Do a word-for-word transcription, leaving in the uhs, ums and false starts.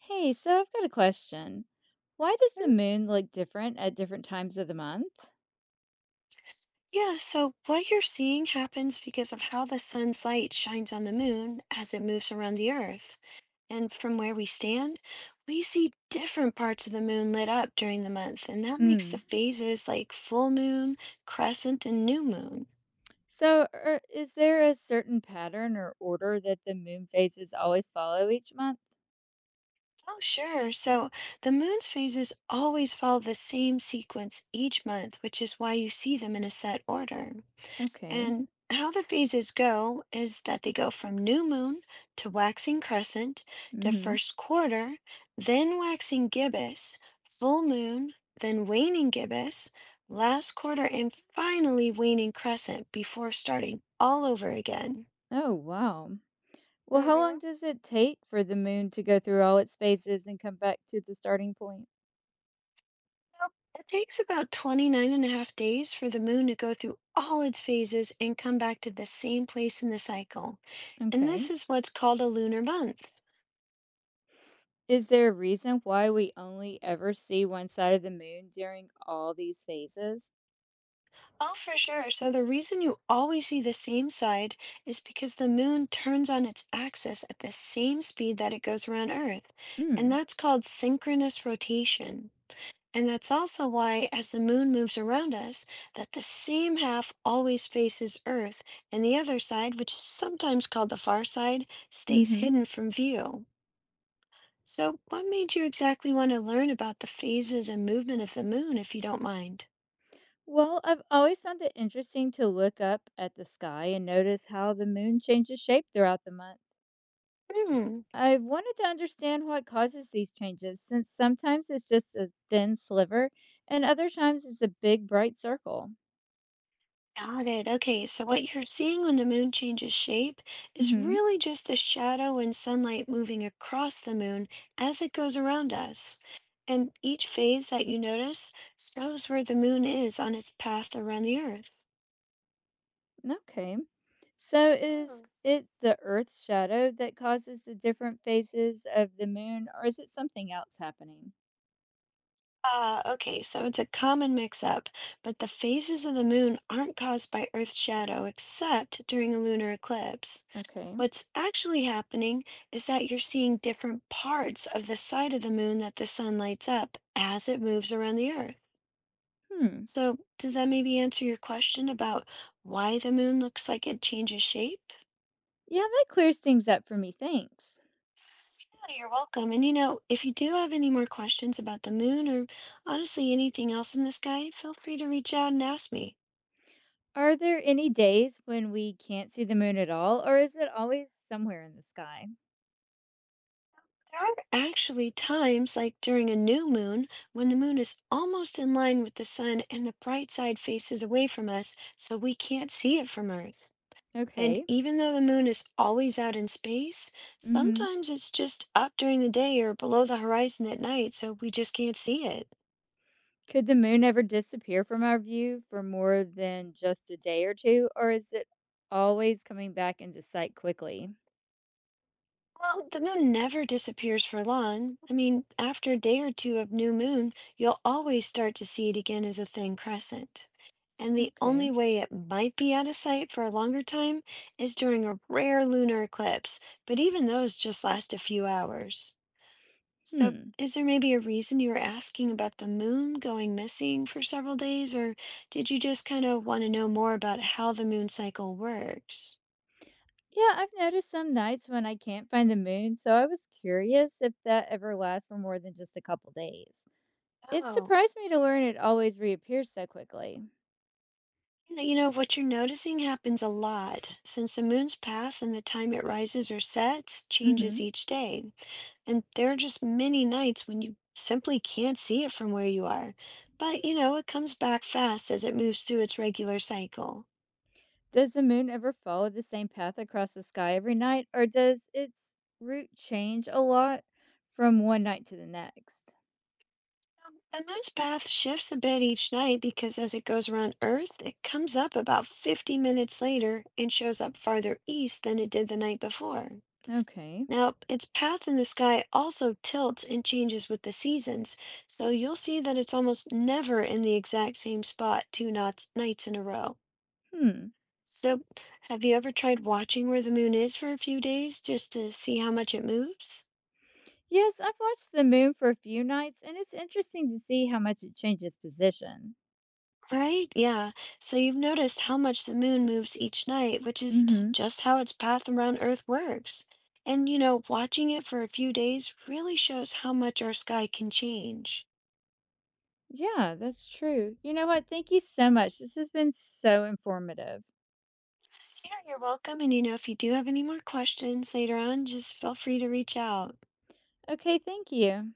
Hey, so I've got a question. Why does the Mm, moon look different at different times of the month? yeah, so what you're seeing happens because of how the sun's light shines on the moon as it moves around the Earth. And from where we stand, we see different parts of the moon lit up during the month, and that makes the Mm. phases like full moon, crescent, and new moon. So, er, is there a certain pattern or order that the moon phases always follow each month? Oh, sure. So the moon's phases always follow the same sequence each month, which is why you see them in a set order. Okay. And how the phases go is that they go from new moon to waxing crescent to Mm-hmm. first quarter, then waxing gibbous, full moon, then waning gibbous, last quarter, and finally waning crescent before starting all over again. Oh, wow. Well, hmm how long So does it take for the moon to go through all its phases and come back to the starting point? it takes about twenty-nine and a half days for the moon to go through all its phases and come back to the same place in the cycle. And Okay. this is what's called a lunar month. Is there a reason why we only ever see one side of the moon during all these phases? Oh, for sure. So the reason you always see the same side is because the moon turns on its axis at the same speed that it goes around Earth, and Mm. that's called synchronous rotation. And that's also why, as the moon moves around us, that the same half always faces Earth, and the other side, which is sometimes called the far side, stays Mm-hmm. hidden from view. So, what made you exactly want to learn about the phases and movement of the moon, if you don't mind? Well, I've always found it interesting to look up at the sky and notice how the moon changes shape throughout the month. Hmm. I wanted to understand what causes these changes, since sometimes it's just a thin sliver and other times it's a big bright circle. Got it. Okay, so what you're seeing when the moon changes shape is hmm really just the shadow and sunlight moving across the moon as it goes around us. And each phase that you notice shows where the moon is on its path around the Earth. Okay. So is Oh, it the Earth's shadow that causes the different phases of the moon, or is it something else happening? ah, okay, so it's a common mix-up, but the phases of the moon aren't caused by Earth's shadow except during a lunar eclipse. Okay. What's actually happening is that you're seeing different parts of the side of the moon that the sun lights up as it moves around the Earth. Hmm. So, does that maybe answer your question about why the moon looks like it changes shape? Yeah, that clears things up for me. Thanks. Yeah, you're welcome. And you know, if you do have any more questions about the moon or honestly anything else in the sky, feel free to reach out and ask me. Are there any days when we can't see the moon at all, or is it always somewhere in the sky? There are actually times, like during a new moon, when the moon is almost in line with the sun and the bright side faces away from us, so we can't see it from Earth. And Okay. even though the moon is always out in space, hmm sometimes it's just up during the day or below the horizon at night, so we just can't see it. Could the moon ever disappear from our view for more than just a day or two, or is it always coming back into sight quickly? Well, the moon never disappears for long. I mean, after a day or two of new moon, you'll always start to see it again as a thin crescent. And the only Okay. way it might be out of sight for a longer time is during a rare lunar eclipse, but even those just last a few hours. So, Hmm. is there maybe a reason you were asking about the moon going missing for several days, or did you just kind of want to know more about how the moon cycle works? Yeah, I've noticed some nights when I can't find the moon, so I was curious if that ever lasts for more than just a couple days. It Oh. surprised me to learn it always reappears so quickly. Yeah, you know, what you're noticing happens a lot since the moon's path and the time it rises or sets changes hmm each day. And there are just many nights when you simply can't see it from where you are. But, you know, it comes back fast as it moves through its regular cycle. Does the moon ever follow the same path across the sky every night, or does its route change a lot from one night to the next? The moon's path shifts a bit each night because as it goes around Earth, it comes up about fifty minutes later and shows up farther east than it did the night before. Okay. Now, its path in the sky also tilts and changes with the seasons, so you'll see that it's almost never in the exact same spot two knots, nights in a row. Hmm. So, have you ever tried watching where the moon is for a few days just to see how much it moves? Yes, I've watched the moon for a few nights, and it's interesting to see how much it changes position. Right? Yeah. So you've noticed how much the moon moves each night, which is Mm-hmm. just how its path around Earth works. And you know, watching it for a few days really shows how much our sky can change. Yeah, that's true. You know what? Thank you so much. This has been so informative. Yeah, you're welcome. And you know, if you do have any more questions later on, just feel free to reach out. Okay, thank you.